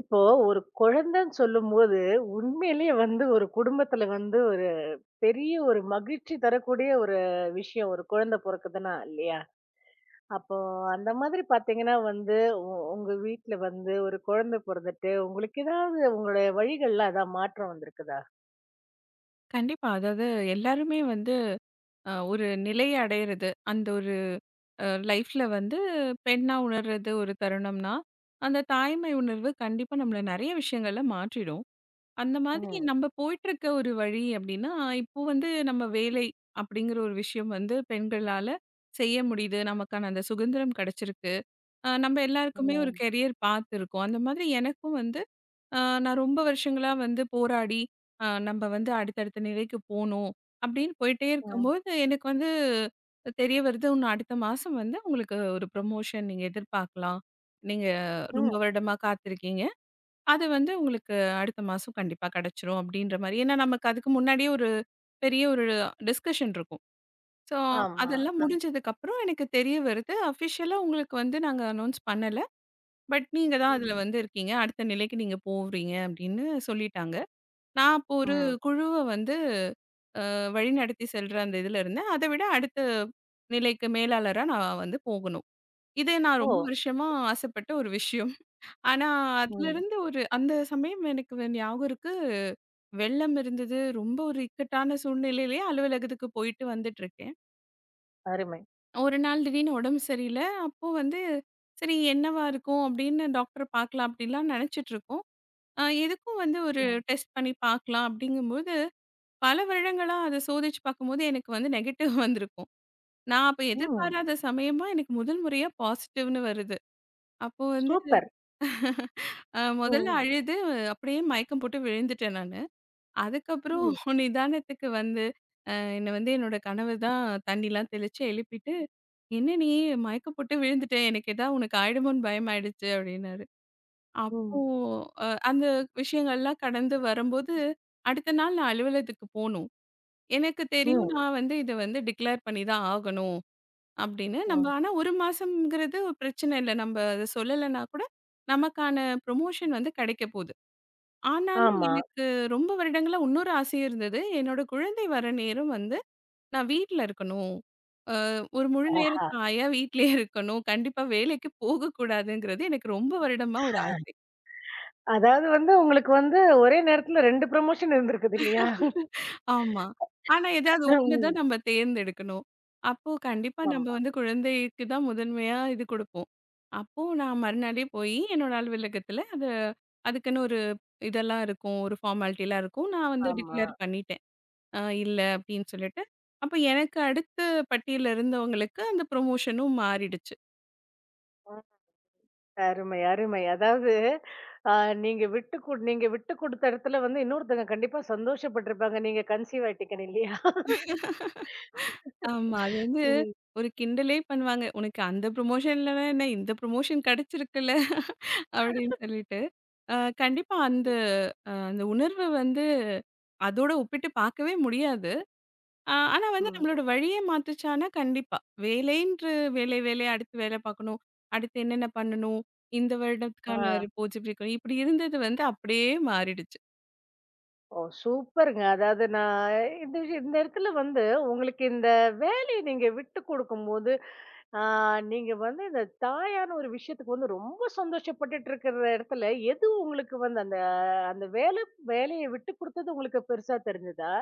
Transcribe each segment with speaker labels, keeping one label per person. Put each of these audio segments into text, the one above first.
Speaker 1: இப்போ ஒரு குழந்தைன்னு சொல்லும்போது, உண்மையிலேயே வந்து ஒரு குடும்பத்துல வந்து ஒரு பெரிய ஒரு மகிழ்ச்சி தரக்கூடிய ஒரு விஷயம். ஒரு குழந்தை பொறக்குதுன்னா இல்லையா? அப்போ அந்த மாதிரி பார்த்தீங்கன்னா வந்து, உ உங்க வீட்ல வந்து ஒரு குழந்தை பொறந்துட்டு, உங்களுக்கு ஏதாவது உங்களுடைய வழிகள்ல ஏதாவது மாற்றம் வந்திருக்குதா?
Speaker 2: கண்டிப்பா. அதாவது எல்லாருமே வந்து ஒரு நிலை அடையிறது, அந்த ஒரு லைஃப்ல வந்து பெண்ணா உணர்றது ஒரு தருணம்னா, அந்த தாய்மை உணர்வு கண்டிப்பா நம்மள நெறைய விஷயங்கள்ல மாற்றிடும். அந்த மாதிரி
Speaker 1: ம்.
Speaker 2: நம்ம போயிட்டுருக்க ஒரு வழி அப்டின்னா, இப்போ வந்து நம்ம வேலை அப்படிங்கிற ஒரு விஷயம் வந்து பெண்களால செய்ய முடியுது. நமக்கான அந்த சுதந்திரம் கெடைச்சிருக்கு. நம்ம எல்லாருக்குமே ஒரு
Speaker 1: ம்.
Speaker 2: கெரியர் பாத் இருக்கும். அந்த மாதிரி எனக்கும் வந்து ஆ, நான் ரொம்ப வருஷங்களா வந்து போராடி, நம்ம வந்து அடுத்தடுத்த நிலைக்கு போணும். அப்படின்னு போயிட்டே
Speaker 1: ம்.
Speaker 2: இருக்கும்போது, எனக்கு வந்து தெரிய வருது, இன்னும் அடுத்த மாசம் வந்து உங்களுக்கு ஒரு ப்ரமோஷன் நீங்க எதிர்பார்க்கலாம். நீங்க
Speaker 1: ம்.
Speaker 2: ரொம்ப வருடமா காத்திருக்கீங்க. அது வந்து உங்களுக்கு அடுத்த மாசம் கண்டிப்பா கிடைச்சிரும் அப்படின்ற மாரி. ஏன்னா நமக்கு அதுக்கு முன்னாடியே ஒரு பெரிய ஒரு டிஸ்கஷன் இருக்கும். ஸோ,
Speaker 1: ஆமா.
Speaker 2: அதெல்லாம்
Speaker 1: அ.
Speaker 2: முடிஞ்சதுக்கப்புறம் எனக்கு தெரிய வருது, அஃபிஷியலா உங்களுக்கு வந்து நாங்க அனௌன்ஸ் பண்ணல. பட் நீங்க தான்
Speaker 1: ம்.
Speaker 2: அதுல வந்து இருக்கீங்க. அடுத்த நிலைக்கு நீங்க போறீங்க அப்படின்னு சொல்லிட்டாங்க. நான் அப்போ ஒரு
Speaker 1: ம்.
Speaker 2: குழுவ வந்து வழிநடத்தி செல்ற அந்த இதுல இருந்தேன். அத விட அடுத்த நிலைக்கு மேலாளரா நான் வந்து போகணும். இது நான்
Speaker 1: ஓ!
Speaker 2: ரொம்ப வருஷமா ஆசைப்பட்ட ஒரு விஷயம். ஆனா
Speaker 1: ம்.
Speaker 2: அதுலருந்து ஒரு அந்த சமயம் எனக்கு ஞாபகம் இருக்கு. வெள்ளம் இருந்தது. ரொம்ப ஒரு இக்கட்டான சூழ்நிலையிலயே அலுவலகத்துக்கு போயிட்டு வந்துட்டுருக்கேன்.
Speaker 1: அருமை.
Speaker 2: ஒரு நாள் திடீர்னு உடம்பு சரியில்ல. அப்போ வந்து சரி என்னவா இருக்கும் அப்படின்னு டாக்டர பார்க்கலாம் அப்படிலாம் நினைச்சிட்டுருக்கோம். எதுக்கும் வந்து ஒரு
Speaker 1: ம்.
Speaker 2: டெஸ்ட் பண்ணி பார்க்கலாம் அப்படிங்கும்போது, பல வருடங்களா அத சோதிச்சு பார்க்கும்போது எனக்கு வந்து நெகட்டிவ் வந்திருக்கும். நான் அப்ப
Speaker 1: ம்.
Speaker 2: எதிர்பாராத சமயமா எனக்கு முதல் முறையா பாசிட்டிவ்னு வருது. அப்போ வந்து
Speaker 1: சூப்பர்.
Speaker 2: முதல்ல
Speaker 1: ம்.
Speaker 2: அழுது அப்படியே மயக்கம் போட்டு விழுந்துட்டேன் நானு. அதுக்கப்புறம்
Speaker 1: ம்.
Speaker 2: ம். நிதானத்துக்கு வந்து என்ன வந்து என்னோட கணவர் தான் தண்ணிலாம் தெளிச்சு எழுப்பிட்டு, "என்ன நீ மயக்கம் போட்டு விழுந்துட்ட. எனக்கு ஏதா உனக்கு ஆயிடுமோன்னு பயமாயிடுச்சு" அப்படின்னாரு.
Speaker 1: ம்.
Speaker 2: அப்போ அந்த விஷயங்கள்லாம் கடந்து வரும்போது, அடுத்த நாள் நான் அலுவலகத்துக்கு போணும். எனக்கு தெரியும்.
Speaker 1: ம்.
Speaker 2: நான் வந்து இத வந்து டிக்ளேர் பண்ணி தான் ஆகணும் அப்படின்னு. நம்ம
Speaker 1: ம்.
Speaker 2: ஆனா 1 மாசம்ங்கிறது ஒரு பிரச்சனை இல்ல. நம்ம அத சொல்லலன்னா கூட நமக்கான ப்ரொமோஷன் வந்து கிடைக்க போகுது. ஆனாலும்
Speaker 1: ஆமா.
Speaker 2: எனக்கு ரொம்ப வருடங்களா இன்னொரு ஆசையும் இருந்தது. என்னோட குழந்தை வர நேரம் வந்து நான் வீட்ல இருக்கணும். ஒரு முழு நேர
Speaker 1: ஆஹா!
Speaker 2: தாயா வீட்லயே இருக்கணும். கண்டிப்பா வேலைக்கு போகக்கூடாதுங்கிறது எனக்கு ரொம்ப வருடமா ஒரு ஆசை.
Speaker 1: அதாவது வந்து உங்களுக்கு வந்து ஒரே நேரத்துல 2 ப்ரமோஷன் இருந்திருக்குது இல்லையா?
Speaker 2: ஆமா. ஆனா, ஏதாவது ஒண்ணு
Speaker 1: ம்.
Speaker 2: தான் நம்ம தேர்ந்தெடுக்கணும். அப்போ கண்டிப்பா
Speaker 1: ஆமா,
Speaker 2: நம்ம வந்து குழந்தைக்கு தான் முதன்மையா இது குடுப்போம். அப்போ நான் மறுநாளே போயி என்னோட அலுவலகத்தில அது அதுக்குன்னு ஒரு இதெல்லாம் இருக்கும். ஒரு ஃபார்மாலிட்டிலாம் இருக்கும். நான் வந்து
Speaker 1: ஆமா.
Speaker 2: டிக்ளேர் பண்ணிட்டேன். அ இல்ல அப்படின்னு சொல்லிட்டு. அப்ப எனக்கு அடுத்த பட்டியல்ல இருந்தவங்களுக்கு அந்த ப்ரொமோஷனும் மாறிடுச்சு.
Speaker 1: ம். அருமை, அருமை. அதாவது அ நீங்க விட்டு குடுத்த இடத்துல வந்து இன்னொருத்தங்க கண்டிப்பா சந்தோஷப்பட்டுருப்பாங்க. நீங்க கன்சீவ் ஆயிட்டீங்கன்னு இல்லையா?
Speaker 2: ஆமா. அது வந்து
Speaker 1: ம்,
Speaker 2: ஒரு கிண்டலே பண்ணுவாங்க. "உனக்கு அந்த ப்ரொமோஷன் இல்லன்னா என்ன? இந்த ப்ரொமோஷன் கிடைச்சிருக்குல்ல" அப்படின்னு சொல்லிட்டு. அ கண்டிப்பா அந்த அந்த உணர்வு வந்து அதோட ஒப்பிட்டு பார்க்கவே முடியாது. ஆனா வந்து
Speaker 1: ம்.
Speaker 2: நம்மளோட வழியே மாத்துச்சான்னா கண்டிப்பா. வேலைன்று வேலை வேலை அடுத்து வேலை பார்க்கணும். அடுத்து என்னென்ன பண்ணணும்? இந்த
Speaker 1: ஆ.
Speaker 2: வருடத்துக்கான ரிப்போர்ட்ஸ் இப்படி இருக்கணும். இப்படி இருந்தது வந்து அப்படியே மாறிடுச்சு.
Speaker 1: ஓ! சூப்பருங்க. அதாவது நான் இந்த விஷயம் இந்த இடத்துல வந்து உங்களுக்கு இந்த வேலைய நீங்க விட்டு குடுக்கும்போது ஆ, நீங்க வந்து இந்த தாயான ஒரு விஷயத்துக்கு வந்து ரொம்ப சந்தோஷப்பட்டுட்டு இருக்கிற இடத்துல எது உங்களுக்கு வந்து அந்த அந்த வேலை வேலையை விட்டு கொடுத்தது உங்களுக்கு பெருசா தெரிஞ்சதா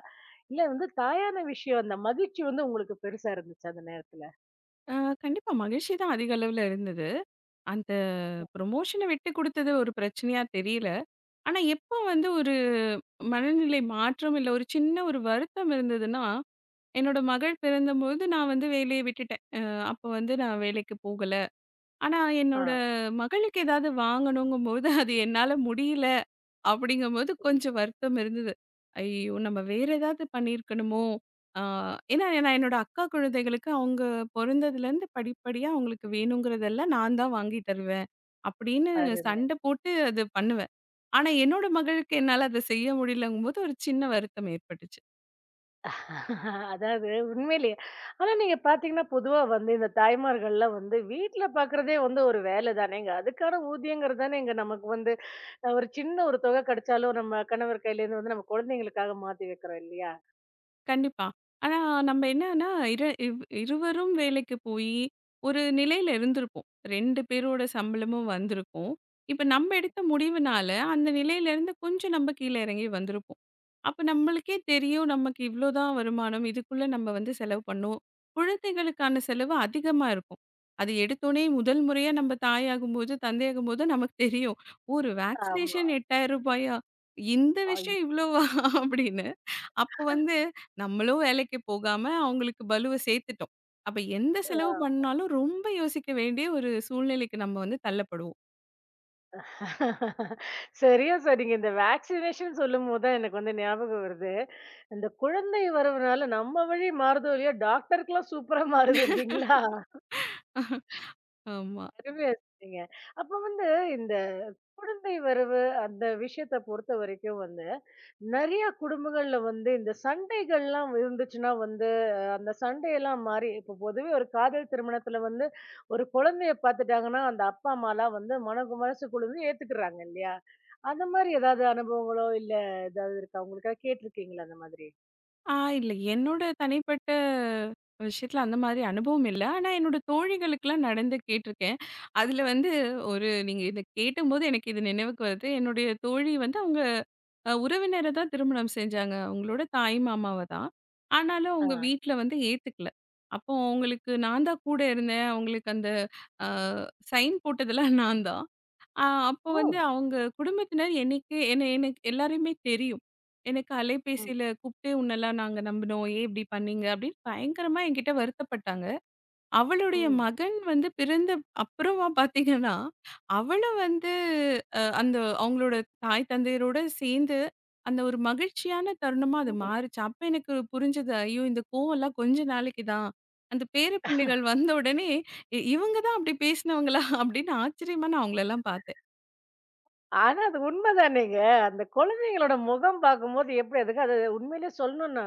Speaker 1: இல்ல வந்து தாயான விஷயம் அந்த மகிழ்ச்சி வந்து உங்களுக்கு பெருசா இருந்துச்சு அந்த நேரத்துல
Speaker 2: அ கண்டிப்பா மகிழ்ச்சி தான் அதிக அளவுல இருந்தது. அந்த ப்ரமோஷன விட்டு குடுத்தது ஒரு பிரச்சனையா தெரியல. ஆனா எப்போ வந்து ஒரு மனநிலை மாற்றம் இல்ல ஒரு சின்ன ஒரு வருத்தம் இருந்ததுன்னா என்னோட மகள் பிறந்தபோது நான் வந்து வேலைய விட்டுட்டேன். அப்போ வந்து நான் வேலைக்கு போகல. ஆனா
Speaker 1: ஆ
Speaker 2: என்னோட மகளுக்கு ஏதாவது வாங்கணுங்கும்போது, அது என்னால முடியல அப்படிங்கும்போது கொஞ்சம் வருத்தம் இருந்தது. ஐயோ! நம்ம வேற ஏதாவது பண்ணியிருக்கணுமோ? ஆ, ஏன்னா நான் என்னோட அக்கா குழந்தைகளுக்கு அவங்க பொறந்ததுலேருந்து படிப்படியா அவங்களுக்கு வேணுங்கிறதெல்லாம் நான் தான் வாங்கி தருவேன். அப்படின்னு
Speaker 1: அருமை
Speaker 2: சண்டை போட்டு அது பண்ணுவேன். ஆனா என்னோட மகளுக்கு என்னால அத செய்ய முடியலங்கும்போது ஒரு சின்ன வருத்தம் ஏற்பட்டுச்சு.
Speaker 1: அதாவது உண்மையிலேயே ஆனா நீங்க பாத்தீங்கன்னா பொதுவா வந்து இந்த தாய்மார்கள்லாம் வந்து வீட்ல பாக்குறதே வந்து ஒரு வேலை தானேங்க அதுக்கான ஊதியங்கிறது தானேங்க நமக்கு வந்து ஒரு சின்ன ஒரு தொகை கிடைச்சாலும் நம்ம கணவர் கையில இருந்து வந்து நம்ம குழந்தைங்களுக்காக மாத்தி வைக்கிறோம் இல்லையா
Speaker 2: கண்டிப்பா. ஆனா நம்ம என்னன்னா, இருவரும் வேலைக்கு போயி, ஒரு நிலையில இருந்திருப்போம். 2 பேரோட சம்பளமும் வந்திருக்கும். இப்ப நம்ம எடுத்த முடிவுனால, அந்த நிலையிலேருந்து கொஞ்சம் நம்ம கீழ இறங்கி வந்திருப்போம். அப்ப நம்மளுக்கே தெரியும், நமக்கு இவ்ளோ தான் வருமானம். இதுக்குள்ள நம்ம வந்து செலவு பண்ணும். குழந்தைகளுக்கான செலவு அதிகமா இருக்கும். அது எடுத்தோனே முதல் முறையா நம்ம தாயாகும்போது, தந்தையாகும்போது நமக்கு தெரியும். ஒரு வேக்சினேஷன் ரூ. 8000. இந்த
Speaker 1: ஐயோ!
Speaker 2: விஷயம் இவ்ளோவா? அப்படின்னு. அப்போ வந்து நம்மளும் வேலைக்கு போகாம, அவங்களுக்கு பலுவ சேர்த்துட்டோம். அப்ப எந்த செலவு பண்ணாலும் ரொம்ப யோசிக்க வேண்டிய ஒரு சூழ்நிலைக்கு நம்ம வந்து தள்ளப்படுவோம்.
Speaker 1: சரியா சொன்னீங்க. இந்த வேக்சினேஷன் சொல்லும்போது தான் எனக்கு வந்து ஞாபகம் வருது. இந்த குழந்தை வரவுனால நம்ம வழி மாறுதோ இல்லையோ, டாக்டருக்குலாம் சூப்பரா மாறுது இல்லைங்களா?
Speaker 2: ஆமா.
Speaker 1: அருமையா சொன்னீங்க. அப்ப வந்து இந்த குழந்தை வரவு அந்த விஷயத்த பொறுத்த வரைக்கும் வந்து நிறைய குடும்பங்கள்ல வந்து இந்த சண்டைகள்லாம் இருந்துச்சுன்னா வந்து அந்த சண்டையெல்லாம் மாறி இப்போ பொதுவே ஒரு காதல் திருமணத்துல வந்து ஒரு குழந்தைய பார்த்துட்டாங்கன்னா அந்த அப்பா அம்மாலாம் வந்து மனசு மனசு குழுந்து ஏத்துக்கிறாங்க இல்லையா அந்த மாதிரி ஏதாவது அனுபவங்களோ இல்ல ஏதாவது இருக்கா உங்களுக்காக கேட்டிருக்கீங்களா அந்த மாதிரி
Speaker 2: ஆ, இல்ல. என்னோட தனிப்பட்ட விஷயத்துல அந்த மாதிரி அனுபவம் இல்ல. ஆனா என்னோட தோழிகளுக்குலாம் நடந்து கேட்டுருக்கேன். அதுல வந்து ஒரு நீங்க இத கேட்டம்போது எனக்கு இது நினைவுக்கு வருது. என்னுடைய தோழி வந்து அவங்க உறவினர தான் திருமணம் செஞ்சாங்க. அவங்களோட தாய் மாமாவ தான். ஆனாலும் அவங்க
Speaker 1: ஆ.
Speaker 2: வீட்ல வந்து ஏத்துக்கல. அப்போ அவங்களுக்கு நான் தான் கூட இருந்தேன். அவங்களுக்கு அந்த அ சைன் போட்டதெல்லாம் நான் தான். ஆ, அப்போ
Speaker 1: ஓ
Speaker 2: வந்து அவங்க குடும்பத்தினர் என்னைக்கு என்ன எனக்கு எல்லாரையுமே தெரியும். எனக்கு
Speaker 1: ம்,
Speaker 2: அலைபேசியில கூப்பிட்டு உன்னெல்லாம் நாங்க நம்பினோம். ஏன் இப்படி பண்ணீங்க? அப்படின்னு பயங்கரமா என்கிட்ட வருத்தப்பட்டாங்க. அவளுடைய
Speaker 1: ம்,
Speaker 2: மகன் வந்து பிறந்த அப்புறமா பார்த்தீங்கன்னா, அவளும் வந்து அந்த அவங்களோட தாய் தந்தையரோட சேர்ந்து அந்த ஒரு மகிழ்ச்சியான தருணமா அது
Speaker 1: ம்.
Speaker 2: மாறுச்சு. அப்ப எனக்கு புரிஞ்சது. ஐயோ! இந்த கோவம்லாம் கொஞ்ச நாளைக்கு தான். அந்த பேர பிள்ளைகள் வந்த உடனே இவங்க தான் அப்படி பேசினவங்களா? அப்படின்னு ஆச்சரியமா நான் அவங்களெல்லாம் பார்த்தேன்.
Speaker 1: ஆனா அது உண்மைதானேங்க அந்த குழந்தைங்களோட முகம் பார்க்கும்போது எப்படி அதுக்கு அது உண்மையிலே சொல்லணும்னா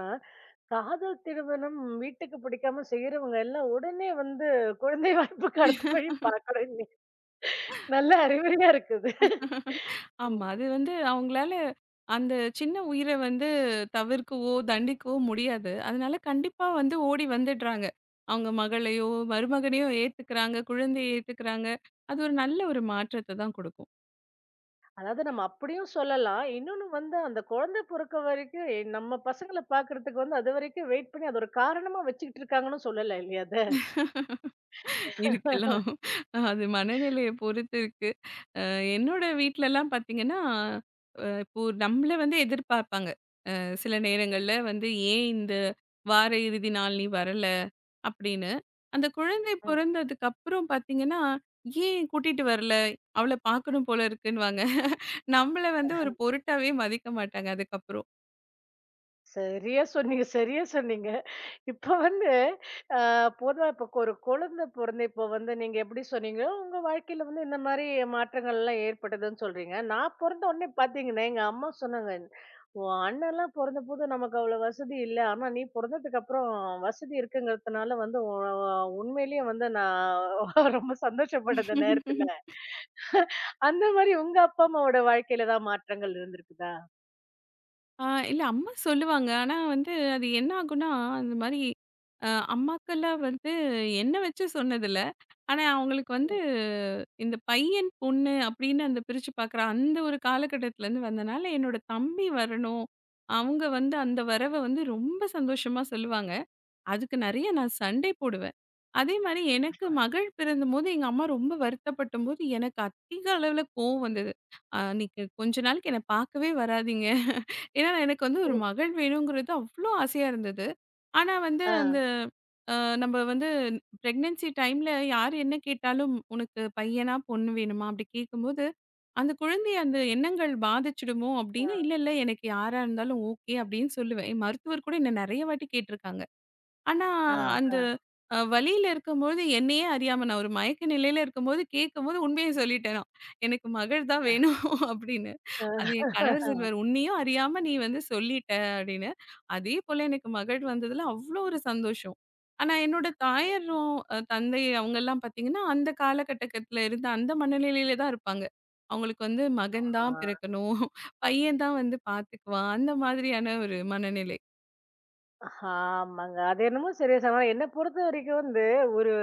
Speaker 1: காதல் திருமணம் வீட்டுக்கு பிடிக்காம செய்யறவங்க எல்லாம் உடனே வந்து குழந்தை வாய்ப்புக்கு அடுத்த வழி பார்க்கணும் இன்னி. நல்ல அறிவுரையா இருக்குது
Speaker 2: ஆமா.
Speaker 1: ம்.
Speaker 2: அது வந்து அவங்களால அந்த சின்ன உயிர வந்து தவிர்க்கவோ, தண்டிக்கவோ முடியாது. அதனால கண்டிப்பா வந்து ஓடி வந்துடுறாங்க. அவங்க மகளையோ, மருமகனையோ ஏத்துக்கிறாங்க, குழந்தைய ஏத்துக்கிறாங்க. அது ஒரு நல்ல ஒரு மாற்றத்த தான் குடுக்கும்.
Speaker 1: அதாவது நம்ம அப்படியும் சொல்லலாம் இன்னொன்னு வந்து அந்த குழந்தை பிறக்க வரைக்கும் நம்ம பசங்களை பாக்குறதுக்கு வந்து அது வரைக்கும் வெயிட் பண்ணி அது ஒரு காரணமா வச்சுக்கிட்டு இருக்காங்கன்னு சொல்லல இல்லையா அது
Speaker 2: இருக்கலாம். அது மனநிலைய பொறுத்து இருக்கு. அ என்னோட வீட்லலாம் பார்த்தீங்கன்னா, இப்போ நம்மள வந்து எதிர்பார்ப்பாங்க. சில நேரங்கள்ல வந்து ஏன் இந்த வார இறுதி நாள் நீ வரல அப்படின்னு அந்த குழந்தை பிறந்ததுக்கு அப்புறம் பார்த்தீங்கன்னா, ஏன் கூட்டிட்டு வரல? அவள பார்க்கணும் போல இருக்குன்னுவாங்க. நம்மள வந்து ஒரு பொருட்டாவே மதிக்க மாட்டாங்க.
Speaker 1: சரியா சொன்னீங்க, சரியா சொன்னீங்க. இப்ப வந்து அ பொதுவா இப்ப ஒரு குழந்தை பொறந்து இப்ப வந்து நீங்க எப்படி சொன்னீங்களோ, உங்க வாழ்க்கையில வந்து இந்த மாரி மாற்றங்கள்லாம் ஏற்பட்டதுன்னு சொல்றீங்க. நான் பொறந்த உடனே பார்த்தீங்கன்னா, எங்க அம்மா சொன்னாங்க, "உன் அண்ணன்லாம் பொறந்தபோது நமக்கு அவ்வளோ வசதி இல்ல. ஆனா நீ பொறந்ததுக்கப்புறம் வசதி இருக்குங்கிறதுனால வந்து உண்மையிலேயே வந்து நான் ரொம்ப சந்தோஷப்பட்டேன் அந்த நேரத்துல."
Speaker 2: அதுக்கப்புறம்.
Speaker 1: அந்த மாரி உங்க அப்பா, அம்மாவோட வாழ்க்கையில ஏதாவது மாற்றங்கள் இருந்திருக்குதா?
Speaker 2: ஆ, இல்ல அம்மா சொல்லுவாங்க. ஆனா வந்து அது என்ன ஆகும்னா, அந்த மாரி அம்மாக்கள்லாம் வந்து என்ன வச்சு சொன்னதில்ல. ஆனா அவங்களுக்கு வந்து இந்த பையன், பொண்ணு அப்படின்னு அந்த பிரிச்சு பார்க்குற அந்த ஒரு காலகட்டத்துலேருந்து வந்தனால, என்னோட தம்பி வரணும். அவங்க வந்து அந்த வரவ வந்து ரொம்ப சந்தோஷமா சொல்லுவாங்க. அதுக்கு நெறைய நான் சண்டை போடுவேன். அதே மாரி எனக்கு மகள் பிறந்தபோது எங்க அம்மா ரொம்ப வருத்தப்பட்டபோது, எனக்கு அதிக அளவுல கோவம் வந்தது. "நீங்க கொஞ்ச நாளைக்கு என்ன பார்க்கவே வராதீங்க." ஏன்னா எனக்கு வந்து ஒரு
Speaker 1: ஓ!
Speaker 2: மகள் வேணுங்கிறது அவ்ளோ ஆசையா இருந்தது. ஆனா வந்து
Speaker 1: ஆ,
Speaker 2: அந்த அ நம்ம வந்து பிரெக்னன்சி டைம்ல யார் என்ன கேட்டாலும், "உனக்கு பையனா, பொண்ணு வேணுமா?" அப்படி கேட்கும்போது, அந்த குழந்தைய அந்த எண்ணங்கள் பாதிச்சுடுமோ
Speaker 1: ஆ,
Speaker 2: அப்படின்னு, "இல்ல, இல்ல எனக்கு யாரா இருந்தாலும் ஓகே." அப்படின்னு சொல்லுவேன். என் மருத்துவர் கூட என்ன நெறைய வாட்டி கேட்டுருக்காங்க. ஆனா,
Speaker 1: ஆ,
Speaker 2: அந்த
Speaker 1: ஆ.
Speaker 2: வலியில இருக்கும்போது என்னையே அறியாம நான் ஒரு மயக்க நிலையில இருக்கும்போது கேட்கும்போது உண்மைய சொல்லிட்டேன் நான். "எனக்கு மகள் தான் வேணும்" அப்படின்னு. அது என் கணவர் சொல்வாரு, "உன்னையும் அறியாம நீ வந்து சொல்லிட்ட" அப்படின்னு. அதே போல எனக்கு மகள் வந்ததுல அவ்ளோ ஒரு சந்தோஷம். ஆனா என்னோட தாயாரும், தந்தை அவங்கலாம் பார்த்தீங்கன்னா, அந்த காலகட்டத்துல இருந்த அந்த மனநிலையில தான் இருப்பாங்க. அவங்களுக்கு வந்து மகன் தான்
Speaker 1: ஆ,
Speaker 2: பிறக்கணும், பையன் தான் வந்து பார்த்துக்குவான், அந்த மாதிரியான ஒரு மனநிலை.
Speaker 1: ஆமாங்க. அது என்னமோ சரியா சொன்னா என்ன பொறுத்தவரைக்கும் வந்து, ஒரு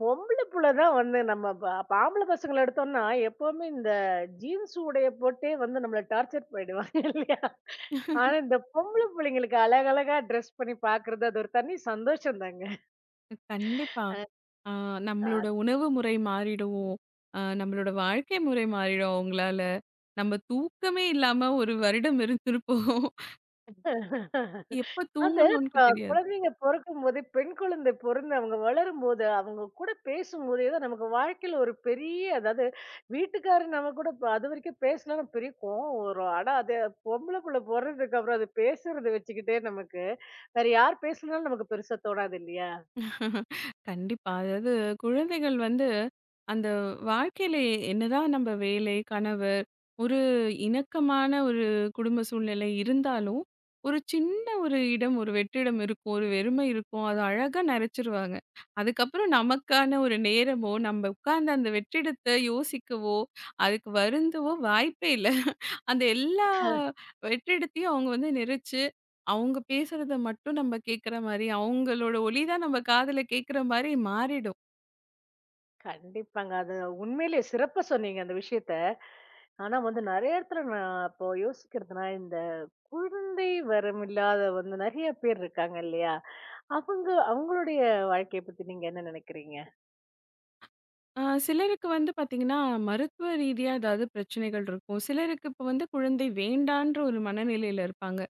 Speaker 1: பொம்பள புள்ள தான் வந்து நம்ம ப இப்ப ஆம்பள பசங்கள எடுத்தோம்னா, எப்பவுமே இந்த ஜீன்ஸ் உடைய போட்டே வந்து நம்மள டார்ச்சர் பண்ணிடுவாங்க இல்லையா? ஆனா இந்த பொம்பள புள்ளைங்களுக்கு அழகழகா ட்ரெஸ் பண்ணி பாக்குறது, அது ஒரு தனி சந்தோஷம் தாங்க.
Speaker 2: கண்டிப்பா. ஆ, நம்மளோட உணவு முறை மாறிடும். நம்மளோட வாழ்க்கை முறை மாறிடும் அவங்களால. நம்ம தூக்கமே இல்லாம ஒரு வருடம் இருந்திருப்போம். எப்ப
Speaker 1: அது ப
Speaker 2: தூங்கணும்னு தெரியாது.
Speaker 1: குழந்தைங்க பொறக்கும்போதே, பெண் குழந்தை பொறந்து அவங்க வளரும்போது, அவங்க கூட பேசும்போதே தான் நமக்கு வாழ்க்கையில ஒரு பெரிய அதாவது வீட்டுக்காரர் நம்ம கூட ப அதுவரைக்கும் பேசலன்னா பெரிய கோவம் வரும். ஆனா அது பொம்பள புள்ள பொறந்ததுக்கு அப்புறம் அது பேசுறத வச்சுக்கிட்டே நமக்கு, வேற யார் பேசலனாலும் நமக்கு பெருசா தோணாது இல்லையா?
Speaker 2: கண்டிப்பா. அதாவது குழந்தைகள் வந்து அந்த வாழ்க்கையில என்னதான் நம்ம வேலை, கணவர், ஒரு இணக்கமான ஒரு குடும்ப சூழ்நிலை இருந்தாலும், ஒரு சின்ன ஒரு இடம், ஒரு வெற்றிடம் இருக்கும். ஒரு வெறுமை இருக்கும். அது அழகா நெறச்சிருவாங்க. அதுக்கப்புறம் நமக்கான ஒரு நேரமோ, நம்ம உட்கார்ந்து அந்த வெற்றிடத்த யோசிக்கவோ, அதுக்கு வருந்தவோ வாய்ப்பே இல்ல. அந்த எல்லா வெற்றிடத்தையும் அவங்க வந்து நெரிச்சு, அவங்க பேசுறத மட்டும் நம்ம கேட்குற மாரி, அவங்களோட ஒலி தான் நம்ம காதுல கேட்குற மாரி மாறிடும்.
Speaker 1: கண்டிப்பாங்க. அது உண்மையிலேயே சிறப்பா சொன்னீங்க அந்த விஷயத்த. ஆனா வந்து நெறைய இடத்துல நான் இப்போ யோசிக்கிறதுனா, இந்த குழந்தை வரம் இல்லாத வந்து நெறைய பேர் இருக்காங்க இல்லையா? அவங்க அவங்களுடைய வாழ்க்கைய பத்தி நீங்க என்ன நினைக்கிறீங்க?
Speaker 2: சிலருக்கு வந்து பார்த்தீங்கன்னா, மருத்துவ ரீதியா ஏதாவது பிரச்சனைகள் இருக்கும். சிலருக்கு இப்ப வந்து குழந்தை வேண்டான்ற ஒரு மனநிலையில இருப்பாங்க.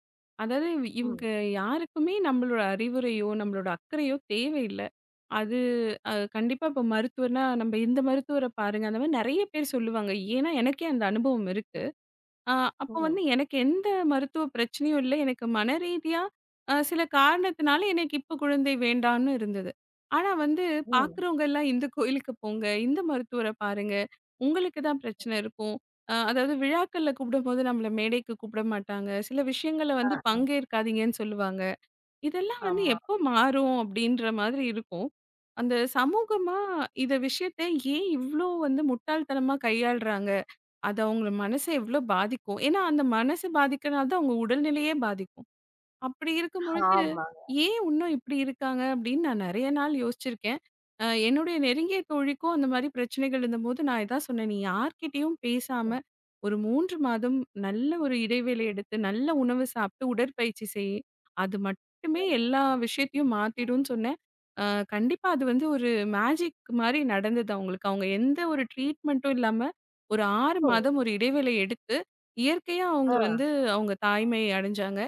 Speaker 2: அதாவது
Speaker 1: ம்.
Speaker 2: இவங்க யாருக்குமே நம்மளோட அறிவுரையோ, நம்மளோட அக்கறையோ தேவையில்ல. அது கண்டிப்பா இப்ப மருத்துவர்னா, "நம்ப இந்த மருத்துவர பாருங்க." அந்த மாரி நெறைய பேர் சொல்லுவாங்க. ஏன்னா, எனக்கே அந்த அனுபவம் இருக்கு. ஆ, அப்ப
Speaker 1: ம்.
Speaker 2: வந்து எனக்கு எந்த மருத்துவ பிரச்சனையும் இல்ல. எனக்கு மனரீதியா சில காரணத்தினால எனக்கு இப்ப குழந்தை வேண்டான்னு இருந்தது. ஆனா வந்து
Speaker 1: ம்.
Speaker 2: பார்க்குறவங்க எல்லாம் இந்த கோயிலுக்கு போங்க, இந்த மருத்துவர பாருங்க, உங்களுக்கு தான் பிரச்சனை இருக்கும். அதாவது விழாக்கள்ல கூப்பிடும்போது நம்மள மேடைக்கு கூப்பிட மாட்டாங்க. சில விஷயங்கள வந்து
Speaker 1: ஆ.
Speaker 2: பங்கேற்காதீங்கன்னு சொல்லுவாங்க. இதெல்லாம் வந்து
Speaker 1: ஆமா.
Speaker 2: எப்போ மாறும் அப்படின்ற மாதிரி இருக்கும். அந்த சமூகமா இத விஷயத்த ஏன் இவ்ளோ வந்து முட்டாள்தனமா கையாள்றாங்க? அது அவங்கள மனச எவ்ளோ பாதிக்கும். ஏன்னா, அந்த மனசு பாதிக்கிறனால தான் அவங்க உடல்நிலையே பாதிக்கும். அப்படி இருக்கும்பொழுது,
Speaker 1: ஆமாங்க.
Speaker 2: ஏன் இன்னும் இப்படி இருக்காங்க? அப்படின்னு நான் நெறைய நாள் யோசிச்சிருக்கேன். என்னுடைய நெருங்கிய தோழிக்கும் அந்த மாரி பிரச்சனைகள் இருந்தபோது, நான் இதான் சொன்னேன். "நீ யார்கிட்டயும் பேசாம, ஒரு 3 மாதம் நல்ல ஒரு இடைவேளை எடுத்து, நல்ல உணவு சாப்பிட்டு, உடற்பயிற்சி செய். அது மட்டுமே எல்லா விஷயத்தையும் மாத்திடும்னு" சொன்னேன். அ கண்டிப்பா அது வந்து ஒரு மேஜிக் மாரி நடந்தது அவங்களுக்கு. அவங்க எந்த ஒரு ட்ரீட்மெண்ட்டும் இல்லாம, ஒரு 6
Speaker 1: ஓ!
Speaker 2: மாதம் ஒரு இடைவேளை எடுத்து, இயற்கையா
Speaker 1: ஆ.
Speaker 2: அவங்க வந்து அவங்க தாய்மை அடைஞ்சாங்க.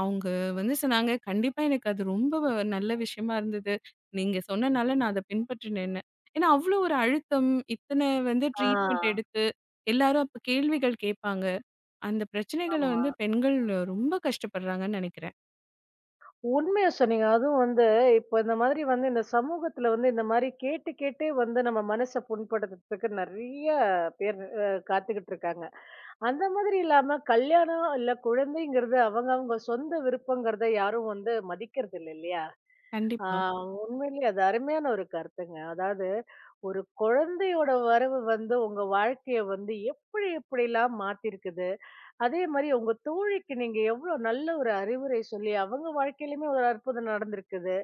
Speaker 2: அவங்க வந்து சொன்னாங்க. கண்டிப்பா எனக்கு அது ரொம்ப நல்ல விஷயமா இருந்தது. நீங்க சொன்னனால நான் அத பின்பற்றினேன்னு. ஏன்னா, அவ்ளோ ஒரு அழுத்தம், இத்தன வந்து ட்ரீட்மெண்ட்
Speaker 1: ஆ.
Speaker 2: எடுத்து, எல்லாரும் அப்ப கேள்விகள் கேட்பாங்க. அந்த பிரச்சனைகள
Speaker 1: ஆமா.
Speaker 2: வந்து பெண்கள் ரொம்ப கஷ்டப்படுறாங்கன்னு நெனைக்கிறேன்.
Speaker 1: உண்மையா சொன்னீங்க. அதுவும் வந்து இப்போ இந்த மாதிரி வந்து இந்த சமூகத்துல வந்து இந்த மாரி கேட்டு கேட்டே வந்து நம்ம மனச புண்படுத்துறதுக்கு நெறைய பேர் அ காத்துக்கிட்டு இருக்காங்க. அந்த மாதிரி இல்லாம கல்யாணம் இல்ல குழந்தைங்கிறது அவங்க அவங்க சொந்த விருப்பங்கிறத யாரும் வந்து மதிக்கிறது இல்ல இல்லையா? ஆ
Speaker 2: கண்டிப்பா.
Speaker 1: உண்மையிலேயே அது அருமையான ஒரு கருத்துங்க. அதாவது, ஒரு குழந்தையோட வரவு வந்து உங்க வாழ்க்கைய வந்து எப்படி எப்படிலாம் மாத்தியிருக்குது. அதே மாரி உங்க தோழிக்கு நீங்க எவ்ளோ நல்ல ஒரு அறிவுரை சொல்லி அவங்க வாழ்க்கையிலயுமே ஒரு அற்புதம் நடந்திருக்குது.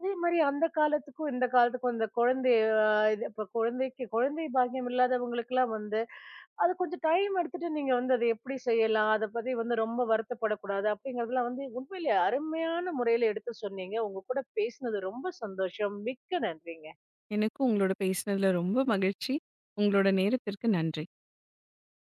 Speaker 1: அதே மாரி அந்த காலத்துக்கும், இந்த காலத்துக்கும் இந்த குழந்தை அ இது இப்ப குழந்தைக்கு குழந்தை பாக்கியம் இல்லாதவங்களுக்கெல்லாம் வந்து அது கொஞ்சம் டைம் எடுத்துட்டு நீங்க வந்து அத எப்படி செய்யலாம்? அத பத்தி வந்து ரொம்ப வருத்தப்படக்கூடாது அப்படிங்கிறதெல்லாம் வந்து உண்மையிலேயே அருமையான முறையில எடுத்து சொன்னீங்க. உங்க கூட பேசினது ரொம்ப சந்தோஷம். மிக்க நன்றிங்க.
Speaker 2: எனக்கும் உங்களோட பேசினதுல ரொம்ப மகிழ்ச்சி. உங்களோட நேரத்திற்கு நன்றி.